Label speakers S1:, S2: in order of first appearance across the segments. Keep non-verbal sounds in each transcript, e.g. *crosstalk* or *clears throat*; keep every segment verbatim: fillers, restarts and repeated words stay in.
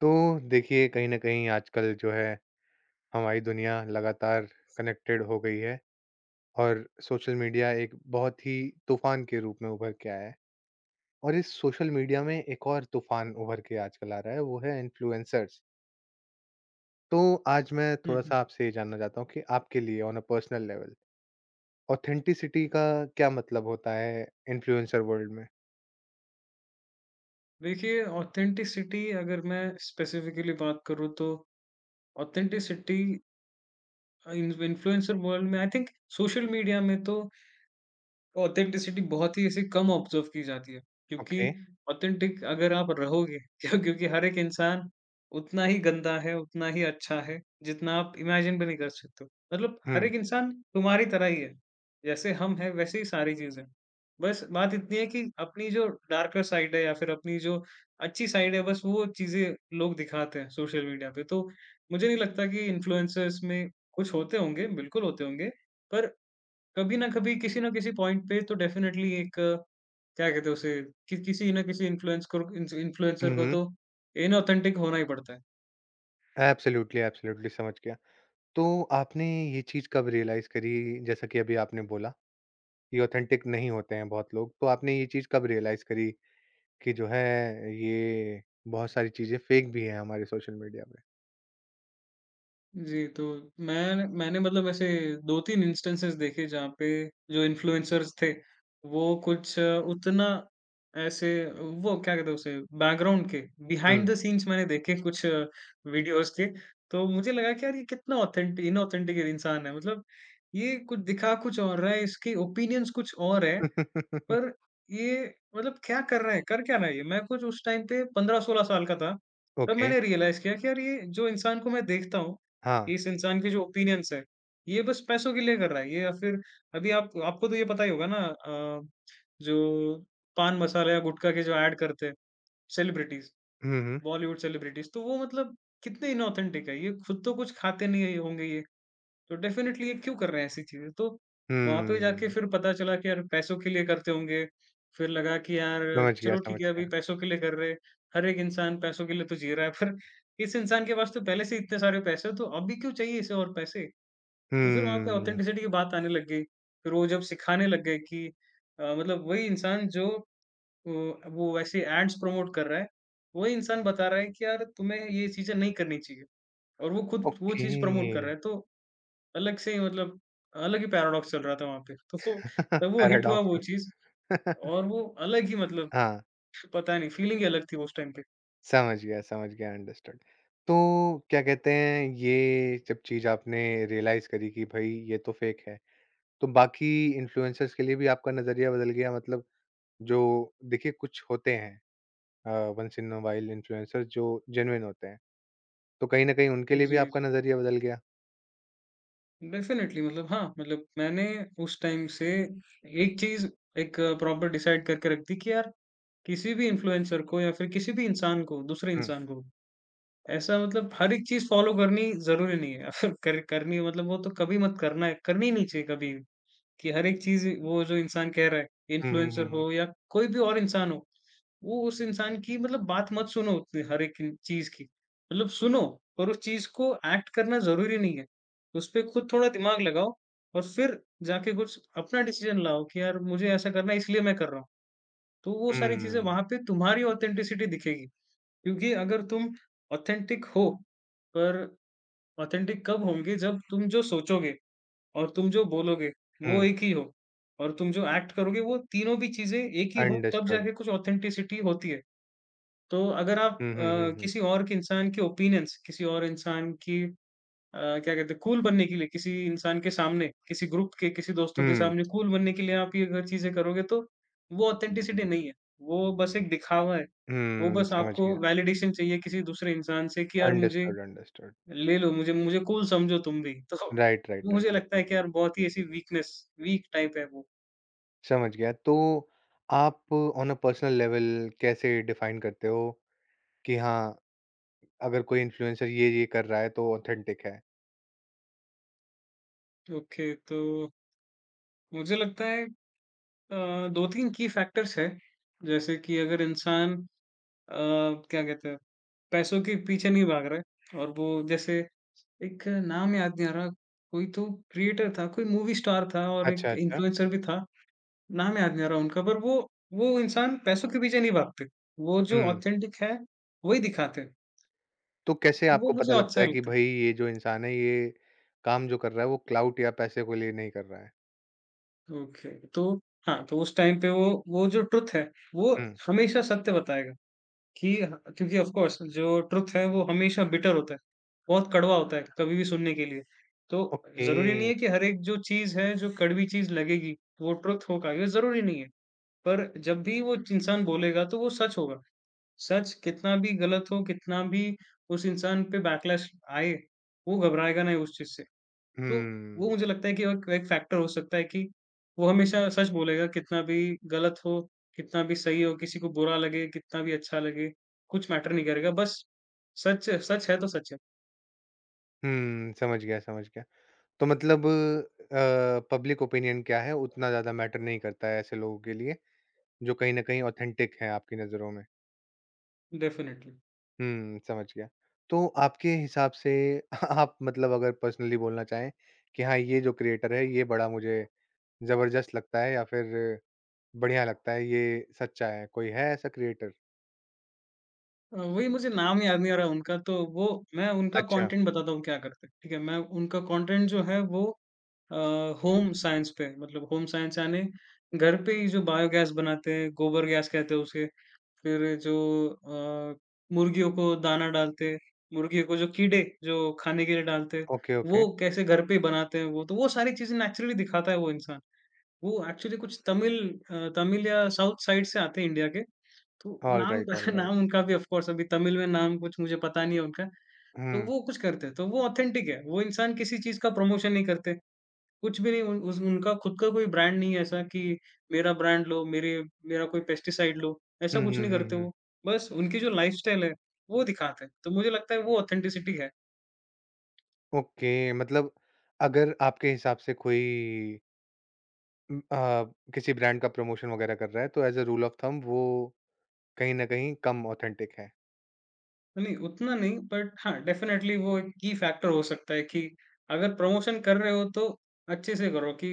S1: तो देखिए कहीं न कहीं आजकल जो है हमारी दुनिया लगातार कनेक्टेड हो गई है और सोशल मीडिया एक बहुत ही तूफ़ान के रूप में उभर के आया है। और इस सोशल मीडिया में एक और तूफ़ान उभर के आजकल आ रहा है वो है इन्फ्लुएंसर्स। तो आज मैं
S2: हुँ, हुँ।
S1: थोड़ा-सा आपसे ये जानना चाहता हूँ कि आपके लिए on a personal level authenticity का क्या मतलब होता है इन्फ्लुएंसर वर्ल्ड में?
S2: देखिए ऑथेंटिसिटी अगर मैं स्पेसिफ़िकली बात करूँ तो ऑथेंटिसिटी अ, इन्फ इन्फ्लुएंसर वर्ल्ड में आई थिंक सोशल मीडिया में तो ऑथेंटिसिटी बहुत ही ऐसे कम ऑब्ज़र्व की जाती है, क्योंकि
S1: ओके।
S2: ऑथेंटिक अगर आप रहोगे *laughs* क्यों क्योंकि हर एक इंसान उतना ही गंदा है, उतना ही अच्छा है, जितना आप इमेजिन भी नहीं कर सकते हो। मतलब हर
S1: हुँ।
S2: एक इंसान तुम्हारी तरह ही है, जैसे हम हैं वैसे ही सारी चीज़ें। बस बात इतनी है कि अपनी जो डार्कर साइड है या फिर अपनी जो अच्छी साइड है बस वो चीज़ें लोग दिखाते हैं सोशल मीडिया पे। तो मुझे नहीं लगता कि इन्फ्लुएंसर्स में कुछ होते होंगे, बिल्कुल होते होंगे, पर कभी ना कभी किसी ना किसी पॉइंट पे तो डेफिनेटली एक अ, क्या कहते हैं उसे कि, किसी ना किसी इन्फ्लुएंस को इन्फ्लुएंसर
S1: हुँ,
S2: को
S1: हुँ।
S2: तो इनऑथेंटिक होना ही पड़ता है।
S1: एब्सोल्यूटली, एब्सोल्यूटली समझ गया। तो आपने ये चीज़ कब रियलाइज़ करी जैसा कि अभी आपने बोला? ये ऑथेंटिक नहीं होते हैं बहुत लोग। तो आपने ये चीज़ कब रियलाइज़ करी कि जो है ये बहुत सारी चीज़ें फेक भी हैं हमारे सोशल मीडिया पे?
S2: जी, तो मैं मैंने मतलब ऐसे दो तीन इंस्टेंसेस देखे जहाँ पे जो इन्फ्लुएंसर्स थे, वो कुछ अ, उतना ऐसे वो क्या कहते हैं उसे बैकग्राउंड के बिहाइंड
S1: हुँ।
S2: द सीन्स मैंने देखे कुछ वीडियोज़ के, तो मुझे लगा कि यार ये कितना ऑथेंटि इनऑथेंटिक इंसान है। मतलब ये कुछ दिखा कुछ और रहा है, इसके ओपिनियंस कुछ और है
S1: *laughs*
S2: पर ये मतलब क्या कर रहे हैं, कर क्या रहा है ये? मैं कुछ उस टाइम पे पंद्रह सोलह साल का था, तब
S1: ओके।
S2: मैंने रियलाइज़ किया कि यार ये जो इंसान को मैं देखता हूँ,
S1: हाँ।
S2: इस इंसान के जो ओपिनियंस हैं, ये बस पैसों के लिए कर रहा है। ये या फिर अभी आप आपको तो ये पता ही होगा ना, अ, जो पान मसाला या गुटखा के जो ऐड करते हैं celebrities,
S1: hmm, hmm.
S2: Bollywood celebrities, तो वो मतलब कितने इनऑथेंटिक है। ये खुद तो कुछ खाते नहीं होंगे ये, तो डेफ़िनेटली ये क्यों कर रहे हैं ऐसी चीज़ें? तो वहाँ पे जाके
S1: हुँ।
S2: फिर पता चला कि यार पैसों के लिए करते होंगे। फिर लगा कि यार
S1: समझ गया,
S2: चलो
S1: समझ
S2: ठीक है अभी
S1: गया।
S2: पैसों के लिए कर रहे हैं। हर एक इंसान पैसों के लिए तो जी रहा है पर इस इंसान के पास तो पहले से इतने सारे पैसे हैं तो अभी क्यों चाहिए इसे और पैसे? तो फिर वहाँ पे
S1: हुँ।
S2: ऑथेंटिसिटी की बात आने लग गई। फिर वो जब सिखाने लग गए कि अ, मतलब वही इंसान जो अ, वो ऐसे एड्स प्रमोट कर रहा है, वही इंसान बता रहा है कि यार तुम्हें ये चीज़ें नहीं करनी चाहिए और वो खुद वो
S1: ओके।
S2: चीज़ प्रमोट कर रहा है। तो अलग से ही मतलब अलग ही पैराडॉक्स चल रहा था वहाँ पे। तो सो तब
S1: *laughs*
S2: वो हिट हुआ
S1: पैराडॉक्स
S2: वो
S1: *laughs* में
S2: चीज़ और वो अलग ही मतलब
S1: हाँ,
S2: पता नहीं फीलिंग ही अलग थी उस टाइम पे।
S1: समझ गया, समझ गया, अंडरस्टूड। तो क्या कहते हैं ये जब चीज़ आपने रियलाइज़ करी कि भई ये तो फेक है, तो बाकी इन्फ्लुएंसर्स के लिए भी आपका नज़रिया बदल गया मतलब जो देखिए कुछ होते हैं once in a while influencer जो जेन्युइन होते हैं, तो कहीं न कहीं उनके लिए भी
S2: जी,
S1: आपका
S2: जी।
S1: नज़रिया बदल गया?
S2: डेफ़िनेटली मतलब हाँ, मतलब मैंने उस टाइम से एक चीज़ एक प्रॉपर डिसाइड करके रख दी कि यार किसी भी इन्फ्लुएंसर को या फिर किसी भी इंसान को, दूसरे
S1: हुँ।
S2: इंसान को ऐसा मतलब हर एक चीज़ फॉलो करनी ज़रूरी नहीं है। *laughs* अगर कर करनी है मतलब वो तो कभी मत करना है करनी ही नहीं चाहिए कभी कि हर एक चीज़ वो जो इंसान कह रहा है,
S1: हुँ, हुँ,
S2: इन्फ्लुएंसर
S1: हुँ, हुँ।
S2: हो या कोई भी और इंसान हो, वो उस इंसान की मतलब बात मत सुनो उतनी हर एक चीज़ की। मतलब सुनो पर उस चीज़ को एक्ट करना ज़रूरी नहीं है। उसपे खुद थोड़ा दिमाग लगाओ और फिर जाके कुछ अपना डिसीज़न लाओ कि यार मुझे ऐसा करना है इसलिए मैं कर रहा हूँ। तो वो सारी चीज़ें
S1: हुँ,
S2: वहाँ पे तुम्हारी ऑथेंटिसिटी दिखेगी। क्योंकि अगर तुम ऑथेंटिक हो, पर ऑथेंटिक कब होंगे जब तुम जो सोचोगे और तुम जो बोलोगे वो
S1: हुँ,
S2: एक ही हो और तुम जो एक्ट करोगे वो तीनों भी चीज़ें एक ही हो तब
S1: अंडरस्टूड।
S2: जाके कुछ ऑथेंटिसिटी होती है। तो अगर आप
S1: हुँ, हुँ, हुँ,
S2: अ,
S1: हुँ।
S2: किसी और के इंसान के ओपिनियंस, किसी और इंसान की अ, क्या कहते हैं कूल बनने के लिए, किसी इंसान के सामने, किसी ग्रुप के, किसी दोस्तों के
S1: हुँ,
S2: सामने कूल बनने के लिए आप ये अगर चीज़ें करोगे तो वो ऑथेंटिसिटी नहीं है। वो बस एक दिखावा है। वो
S1: हुँ,
S2: बस
S1: समझ
S2: आपको
S1: गया।
S2: वैलिडेशन चाहिए किसी दूसरे इंसान से कि यार मुझे
S1: अंडरस्टूड, अंडरस्टूड।
S2: ले लो, मुझे मुझे कूल समझो तुम भी। *laughs* तो
S1: राइट,
S2: वो
S1: राइट, राइट।
S2: मुझे लगता है कि यार बहुत ही ऐसी वीकनेस, वीक टाइप है वो।
S1: समझ गया। तो आप ऑन अ पर्सनल लेवल कैसे डिफाइन करते हो कि हाँ, अगर कोई इन्फ्लुएंसर ये-ये कर रहा है तो ऑथेंटिक है?
S2: ओके, तो मुझे लगता है अ, दो तीन की फैक्टर्स हैं। जैसे कि अगर इंसान अ, क्या कहते हैं, पैसों के पीछे नहीं भाग रहा है और वो जैसे एक नाम याद नहीं आ रहा, कोई तो क्रिएटर था, कोई मूवी स्टार था और
S1: अच्छा,
S2: एक
S1: अच्छा।
S2: इन्फ्लुएंसर भी था, नाम याद नहीं आ रहा उनका पर वो वो इंसान पैसों के पीछे नहीं भागते। वो जो
S1: हुँ।
S2: ऑथेंटिक है, वही दिखाते हैं,
S1: तो कैसे
S2: तो वो
S1: आपको पता
S2: मुझे
S1: लगता
S2: अच्छा
S1: है कि
S2: लगता है।
S1: भई ये जो इंसान है ये काम जो कर रहा है वो क्लाउट या पैसे को लिए नहीं कर रहा है?
S2: ओके, तो हाँ, तो उस टाइम पे वो वो जो ट्रुथ है, वो
S1: हुँ,
S2: हमेशा सत्य बताएगा। कि ह क्योंकि ऑफ़ कोर्स जो ट्रुथ है वो हमेशा बिटर होता है, बहुत कड़वा होता है कभी भी सुनने के लिए। तो
S1: ओके।
S2: ज़रूरी नहीं है कि हर एक जो चीज़ है, जो कड़वी चीज़ लगेगी, वो ट्रुथ हो पाएगा, ज़रूरी नहीं है। पर जब भी वो इंसान बोलेगा तो वो सच होगा। सच कितना भी गलत हो, कितना भी उस इंसान पे बैकलैश आए, वो घबराएगा नहीं उस चीज़ से। तो वो
S1: हुँ,
S2: मुझे लगता है कि एक एक फैक्टर हो सकता है कि वो हमेशा सच बोलेगा, कितना भी गलत हो, कितना भी सही हो, किसी को बुरा लगे, कितना भी अच्छा लगे, कुछ मैटर नहीं करेगा, बस सच सच है तो सच है,
S1: हुँ, समझ गया, समझ गया। तो मतलब अ, पब्लिक ओपिनियन क्या है उतना ज़्यादा मैटर नहीं करता है ऐसे लोगों के लिए जो कहीं न कहीं ऑथेंटिक हैं आपकी नज़रों में।
S2: डेफ़िनेटली।
S1: हुँ, समझ गया। तो आपके हिसाब से *laughs* आप मतलब अगर पर्सनली बोलना चाहें कि हाँ, ये जो क्रिएटर है ये बड़ा मुझे ज़बरदस्त लगता है या फिर बढ़िया लगता है, ये सच्चा है, कोई है ऐसा क्रिएटर?
S2: अ, वही मुझे नाम याद नहीं आ रहा उनका, तो वो मैं उनका
S1: अच्छा,
S2: कंटेंट बताता हूँ क्या करते हैं, ठीक है? मैं उनका कंटेंट जो है वो अ, होम साइंस पे है, मतलब होम साइंस यानी घर पे ही जो बायोगैस बनाते हैं, गोबर गैस कहते हैं उसे फिर जो, अ, मुर्गियों को दाना डालते, मुर्गियों को जो कीड़े जो खाने के लिए डालते,
S1: ओके, ओके।
S2: वो कैसे घर पे ही बनाते हैं वो, तो वो सारी चीज़ें नेचुरली दिखाता है वो इंसान। वो एक्चुअली कुछ तमिल अ, तमिल या साउथ साइड से आते हैं इंडिया के, तो नाम
S1: ऑलराइट,
S2: *laughs*
S1: ऑलराइट।
S2: नाम उनका भी ऑफ़ कोर्स अभी तमिल में नाम कुछ मुझे पता नहीं है उनका, तो
S1: हुँ।
S2: वो कुछ करते हैं, तो वो ऑथेंटिक है, वो इंसान किसी चीज़ का प्रमोशन नहीं करते। कुछ भी नहीं उन उस उनका खुद का कोई ब्रांड नहीं है ऐसा कि मेरा ब्रांड लो, मेरे मेरा कोई पेस्टिसाइड लो, ऐसा
S1: हुँ,
S2: कुछ
S1: हुँ,
S2: नहीं करते
S1: हुँ, हुँ।
S2: वो। बस उनकी जो लाइफ़स्टाइल है, वो दिखाते हैं। तो मुझे लगता है वो ऑथेंटिसिटी है।
S1: ओके, मतलब अगर आपके हिसाब से कोई उम, अ, किसी ब्रांड का प्रमोशन वगैरह कर रहा है, तो as a rule of thumb वो कहीं न कहीं कम ऑथेंटिक है।
S2: तो नहीं, उतना नहीं बट हाँ, डेफ़िनेटली वो एक की फैक्टर हो सकता है कि अगर प्रमोशन कर रहे हो तो अच्छे से करो कि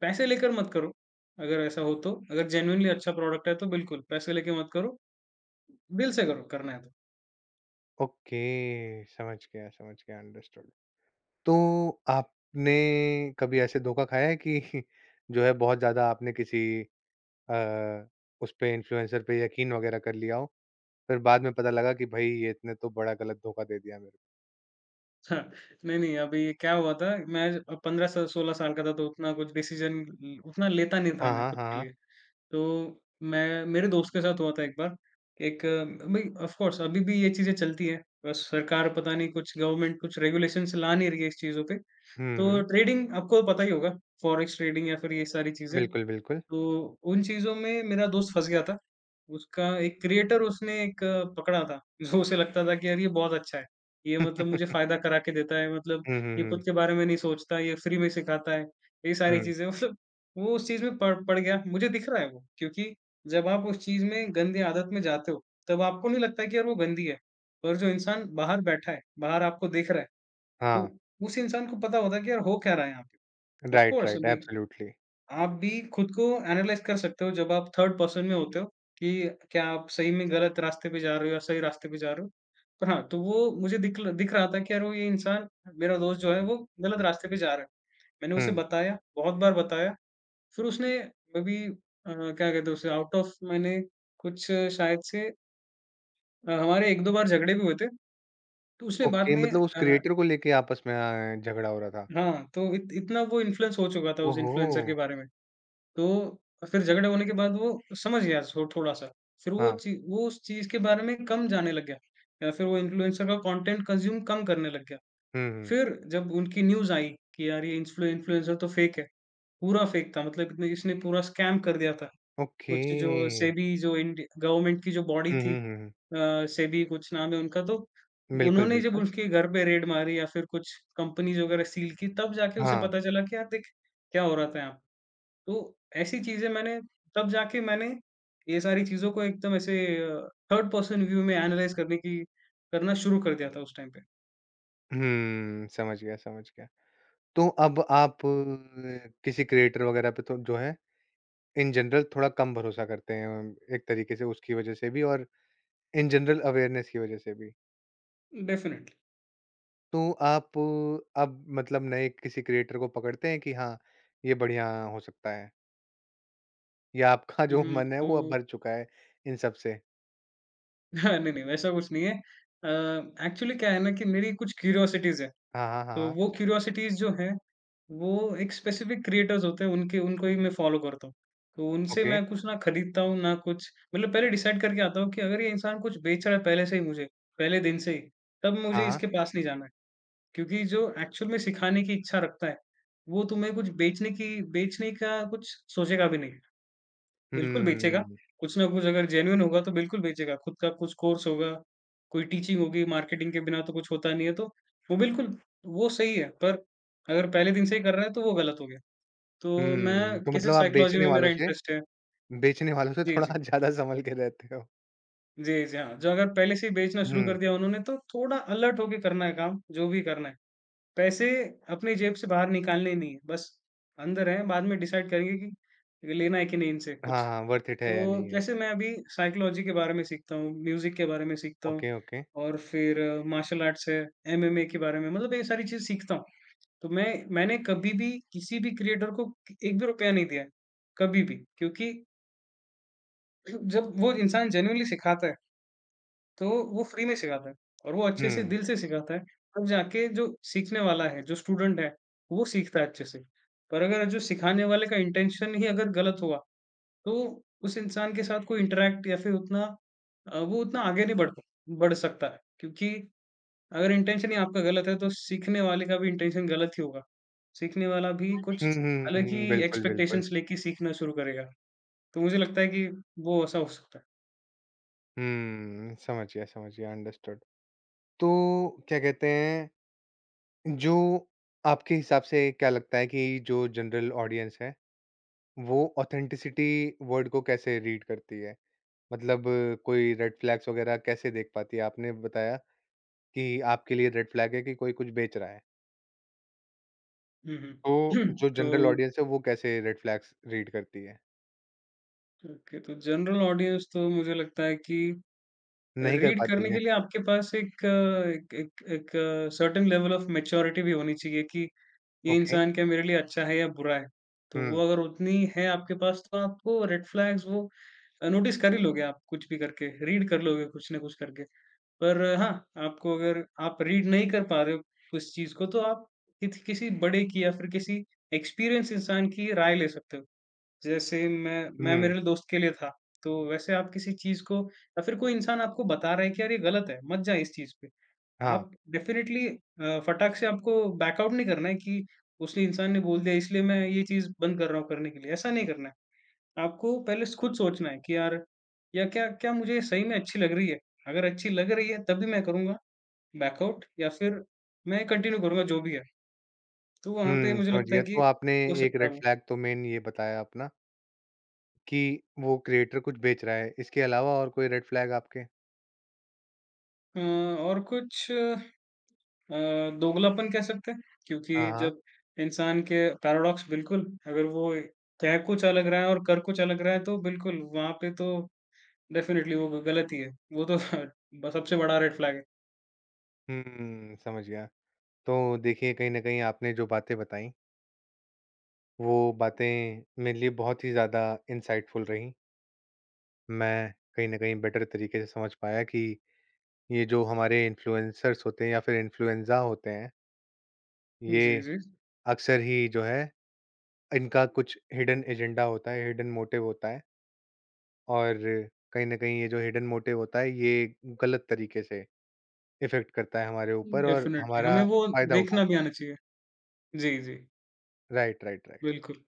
S2: पैसे लेकर मत करो, अगर ऐसा हो तो। अगर जेन्युइनली अच्छा प्रोडक्ट है तो बिल्कुल, पैसे लेके मत करो, दिल से करो करना है तो।
S1: ओके, समझ गया, समझ गया, अंडरस्टूड। तो आपने कभी ऐसे धोखा खाया है कि *laughs* जो है बहुत ज़्यादा आपने किसी अ, उस पे इन्फ्लुएंसर पे यकीन वगैरह कर लिया हो? फिर बाद में पता लगा कि भई ये इसने तो बड़ा गलत धोखा दे दिया मेरे को।
S2: हाँ, नहीं, नहीं, अभी क्या हुआ था मैं अ, पंद्रह स सोलह साल का था तो उतना कुछ डिसीज़न ल उतना लेता नहीं था
S1: हाँ,
S2: मैं
S1: हाँ,
S2: खुद
S1: हाँ,
S2: के
S1: हाँ।
S2: लिए। तो मैं मेरे दोस्त के साथ हुआ था एक बार। एक भई ऑफ़ कोर्स अभी भी ये चीज़ें चलती हैं। बस सरकार पता नहीं कुछ गवर्नमेंट कुछ रेगुलेशंस ला नहीं रही है इस चीज़ों पे।
S1: हुँ,
S2: तो
S1: हुँ।
S2: ट्रेडिंग आपको पता ही होगा, फॉरेक्स ट्रेडिंग या फिर ये सारी चीज़ें।
S1: बिल्कुल, बिल्कुल।
S2: तो उन चीज़ों में मेरा दोस्त फँस गया था। उसका एक क्रिएटर उसने एक अ, पकड़ा था, जो उसे लगता था कि यार ये बहुत अच्छा है। ये मतलब मुझे
S1: *laughs*
S2: फ़ायदा करा के देता है, मतलब
S1: हुँ, हुँ,
S2: ये खुद
S1: हुँ।
S2: के बारे में नहीं सोचता, ये फ्री में सिखाता है, ये सारी
S1: हुँ।
S2: चीज़ें मतलब वो उस चीज़ में पड़ पड़ गया। मुझे दिख रहा है वो, क्योंकि जब आप उस चीज़ में गंदी आदत में जाते हो, तब आपको नहीं लगता कि यार वो गंदी है। पर जो इंसान बाहर बैठा है, बाहर आपको देख रहा है,
S1: हाँ।
S2: तो उस इंसान को पता होता है कि यार हो क्या रहा है यहाँ पे। Of
S1: right,
S2: course
S1: right.
S2: अभी
S1: एब्सोल्यूटली।
S2: आप भी खुद को एनालाइज़ कर सकते हो जब आप थर्ड पर्सन में होते हो कि क्या आप सही में गलत रास्ते पे जा रहे हो या सही रास्ते पे जा रहे हो। पर हाँ, तो वो मुझे दिख ल दिख रहा था कि यार वो ये इंसान मेरा दोस्त जो है वो गलत रास्ते पे जा रहा है। मैंने उसे
S1: हुँ।
S2: बताया, बहुत बार बताया, फिर उसने वो भी अ, क्या कहते हैं उसे आउट ऑफ मैंने कुछ शायद से अ, हमारे एक दो बार झगड़े भी हुए थे। तो उसने बाद
S1: ओके,
S2: में
S1: मतलब उस
S2: अ,
S1: क्रिएटर को लेके आपस में अ, झगड़ा हो रहा था।
S2: हाँ, तो इत इतना वो इन्फ्लुएंस हो चुका था उस इन्फ्लुएंसर के
S1: ओहो!
S2: बारे में। तो फिर झगड़े होने के बाद वो समझ गया थो थोड़ा-सा। फिर वो
S1: हाँ।
S2: ची वो उस चीज़ के बारे में कम जानने लग गया या फिर वो इन्फ्लुएंसर का कंटेंट कंज़्यूम कम करने लग गया।
S1: हुँ, हुँ।
S2: फिर जब उनकी न्यूज़ आई कि यार ये इन्फ्लु इन्फ्लुएंसर तो फ़ेक है, पूरा फ़ेक था मतलब इतने इसने पूरा स्कैम कर दिया था।
S1: ओके।
S2: कुछ जो सेबी जो इंड गवर्नमेंट की जो बॉडी
S1: हुँ,
S2: थी,
S1: हुँ, हुँ, हुँ।
S2: अ, सेबी कुछ नाम है उनका तो,
S1: बिल्कुल,
S2: उन्होंने जब
S1: बिल्कुल।
S2: उसके घर पे रेड मारी या फिर कुछ कंपनीज़ वग़ैरह सील की तब जाके उसे
S1: हाँ।
S2: पता चला कि यार देख, क्या हो रहा था यहाँ। तो ऐसी चीज़ें मैंने तब जाके मैंने ये सारी चीज़ों को एकदम ऐसे अ, थर्ड पर्सन व्यू में एनालाइज़ करने की करना शुरू कर दिया था उस टाइम पे।
S1: हुँ, समझ गया, समझ गया। तो अब आप अ, किसी क्रिएटर वगैरह पे तो जो है, इन जनरल थोड़ा कम भरोसा करते हैं, अम, एक तरीके से उसकी वजह से भी और इन जनरल अवेयरनेस की वज़ह से भी।
S2: डेफ़िनिटली।
S1: तो आप अब मतलब नए किसी क्रिएटर को पकड़ते हैं कि हाँ, ये बढ़िया हो सकता है? या आपका जो
S2: हुँ,
S1: मन है वो अब
S2: तो
S1: भर चुका है इन सब से?
S2: *laughs* नहीं, नहीं वैसा कुछ नहीं है। अ, एक्चुअली क्या है ना कि मेरी कुछ क्यूरियोसिटीज़ हैं,
S1: हाँ, हाँ, हाँ,
S2: तो
S1: हाँ।
S2: वो क्यूरियोसिटीज़ जो हैं, वो एक स्पेसिफ़िक क्रिएटर्स होते हैं उनके उनको ही मैं फ़ॉलो करता हूँ। तो उनसे
S1: ओके।
S2: मैं कुछ ना खरीदता हूँ, ना कुछ मतलब पहले डिसाइड करके आता हूँ कि अगर ये इंसान कुछ बेच रहा है पहले से ही मुझे, पहले दिन से ही, तब मुझे
S1: हाँ, हाँ।
S2: इसके पास नहीं जाना है। क्योंकि जो एक्चुअल में सिखाने की इच्छा रखता है, वो तुम्हें कुछ बेचने की बेचने का कुछ सोचेगा भी नहीं। बिल्कुल बेचेगा,
S1: हुँ।
S2: कुछ ना कुछ अगर जेन्युइन होगा तो बिल्कुल बेचेगा, खुद का कुछ कोर्स होगा, कोई टीचिंग होगी, मार्केटिंग के बिना तो कुछ होता नहीं है तो वो बिल्कुल वो सही है, पर अगर पहले दिन से ही कर रहा है तो वो गलत हो गया। तो मैं
S1: हुँ, तो
S2: किसी
S1: मतलब आप
S2: साइकोलॉजी
S1: बेचने
S2: में मेरा
S1: वालों से
S2: इंटरेस्ट है।
S1: बेचने वालों से
S2: जी,
S1: थोड़ा
S2: जी।
S1: *laughs* ज़्यादा सँभल के रहते हो।
S2: जी, जी, हाँ, जो अगर पहले से ही बेचना शुरू
S1: हुँ।
S2: कर दिया उन्होंने तो थोड़ा अलर्ट होके करना है काम, जो भी करना है। पैसे अपनी जेब से बाहर निकालने ही नहीं है, बस अंदर हैं, बाद में डिसाइड करेंगे कि लेना है कि नहीं इनसे
S1: हाँ,
S2: कुछ।
S1: हाँ, वर्थ इट है या
S2: तो
S1: नहीं है।
S2: जैसे मैं अभी साइकोलॉजी के बारे में सीखता हूँ, म्यूज़िक के बारे में सीखता हूँ
S1: ओके, ओके।
S2: और फिर मार्शल आर्ट्स है, एमएमए के बारे में मतलब ये सारी चीज़ सीखता हूँ। तो मैं मैंने कभी भी किसी भी क्रिएटर को एक भी रुपया नहीं दिया है, कभी भी क्योंकि जब वो इंसान जेनुइनली सिखाता है तो वो फ्री में सिखाता है और वो अच्छे से
S1: हुँ।
S2: दिल से सिखाता है, तब जाके जो सीखने वाला है, जो स्टूडेंट है, वो सीखता है अच्छे से। पर अगर जो सिखाने वाले का इंटेंशन ही अगर गलत हुआ, तो उस इंसान के साथ कोई इंटरैक्ट या फिर उतना अ, वो उतना आगे नहीं बढ़ बढ़ सकता है। क्योंकि अगर इंटेंशन ही आपका गलत है, तो सीखने वाले का भी इंटेंशन गलत ही होगा। सीखने वाला भी कुछ
S1: हुँ, हुँ,
S2: अलग
S1: हुँ, हुँ।
S2: ही
S1: बिल्कुल, बिल्कुल।
S2: एक्सपेक्टेशंस लेके सीखना शुरू करेगा। तो मुझे लगता है कि वो ऐसा हो सकता है।
S1: हुँ, समझ गया, समझ गया, अंडरस्टूड। तो क्या कहते हैं जो आपके हिसाब से क्या लगता है कि जो जनरल ऑडियंस है, वो ऑथेंटिसिटी वर्ड को कैसे रीड करती है? मतलब कोई रेड फ्लैग्स वगैरह कैसे देख पाती है? आपने बताया कि आपके लिए रेड फ्लैग है कि कोई कुछ बेच रहा है।
S2: हुँ,
S1: तो
S2: हुँ। *clears throat*
S1: जो
S2: तो
S1: जनरल ऑडियंस है, वो कैसे रेड फ्लैग्स रीड करती है?
S2: ओके, तो जनरल ऑडियंस तो मुझे लगता है कि
S1: नहीं कर
S2: रीड करने
S1: पाती
S2: के
S1: है।
S2: लिए आपके पास एक अ, एक एक एक सर्टेन लेवल ऑफ मैच्योरिटी भी होनी चाहिए कि ये
S1: ओके।
S2: इंसान क्या मेरे लिए अच्छा है या बुरा है। तो वो
S1: हुँ,
S2: अगर उतनी है आपके पास तो आपको रेड फ्लैग्स वो नोटिस कर ही लोगे आप कुछ भी करके, रीड कर लोगे कुछ ना कुछ करके। पर अ, हाँ, आपको अगर आप रीड नहीं कर पा रहे हो उस चीज़ को तो आप कित किसी बड़े की या फिर किसी एक्सपीरियंस इंसान की राय ले सकते हो। जैसे मैं मैं
S1: हुँ,
S2: मेरे दोस्त के लिए था, तो वैसे आप किसी चीज़ को या फिर कोई इंसान आपको बता रहा है कि यार ये गलत है, मत जाए इस चीज़ पे।
S1: हाँ।
S2: आप डेफ़िनेटली अ, फटाक से आपको बैक आउट नहीं करना है कि उसने इंसान ने बोल दिया इसलिए मैं ये चीज़ बंद कर रहा हूँ करने के लिए, ऐसा नहीं करना है। आपको पहले स खुद सोचना है कि यार, या क्या क्या मुझे सही में अच्छी लग रही है? अगर अच्छी लग रही है तभी मैं करूँगा बैक आउट या फिर मैं कंटिन्यू करूँगा जो भी है। तो वहाँ पे
S1: हुँ,
S2: मुझे
S1: समझ
S2: लगता है
S1: गया। तो
S2: कि
S1: आपने
S2: हो
S1: एक
S2: सकता है
S1: रेड
S2: वो।
S1: फ्लैग तो मेन ये बताया अपना कि वो क्रिएटर कुछ बेच रहा है। इसके अलावा और कोई रेड फ्लैग आपके?
S2: अ, और कुछ अ, दोगलापन कह सकते हैं क्योंकि
S1: हाँ, हाँ।
S2: जब इंसान के पैराडॉक्स बिल्कुल अगर वो कह कुछ अलग रहा है और कर कुछ अलग रहा है तो बिल्कुल वहाँ पे तो डेफ़िनिटली वो गलत ही है। वो तो *laughs* ब सबसे बड़ा रेड फ्लैग है।
S1: हुँ, समझ गया। तो देखिए, कहीं न कहीं आपने जो बातें बताई, वो बातें मेरे लिए बहुत ही ज़्यादा इनसाइटफुल रहीं। मैं कहीं न कहीं बेटर तरीके से समझ पाया कि ये जो हमारे इन्फ्लुएंसर्स होते हैं या फिर इन्फ्लुएंज़ा होते हैं,
S2: जी,
S1: ये
S2: जी।
S1: अक्सर ही जो है, इनका कुछ हिडन एजेंडा होता है, हिडन मोटिव होता है और कहीं न कहीं ये जो हिडन मोटिव होता है, ये गलत तरीके से इफ़ेक्ट करता है हमारे
S2: हुँ।
S1: ऊपर और
S2: डेफ़िनिटली हमें
S1: हमारा
S2: वो
S1: फ़ायदा
S2: देखना भी
S1: उठाता है।
S2: आना चाहिए। जी, जी।
S1: Right, right, right.
S2: बिल्कुल।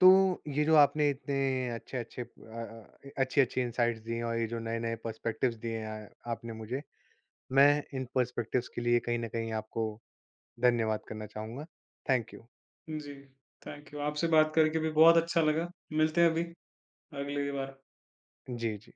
S1: तो ये जो आपने इतने अच्छे-अच्छे अ, अच्छी-अच्छी इनसाइट्स दी हैं और ये जो नए-नए पर्सपेक्टिव्स दिए हैं आपने मुझे, मैं इन पर्सपेक्टिव्स के लिए कहीं न कहीं आपको धन्यवाद करना चाहूँगा। Thank you.
S2: जी। Thank you. आपसे बात करके भी बहुत अच्छा लगा। मिलते हैं अभी अगली बार।
S1: जी, जी।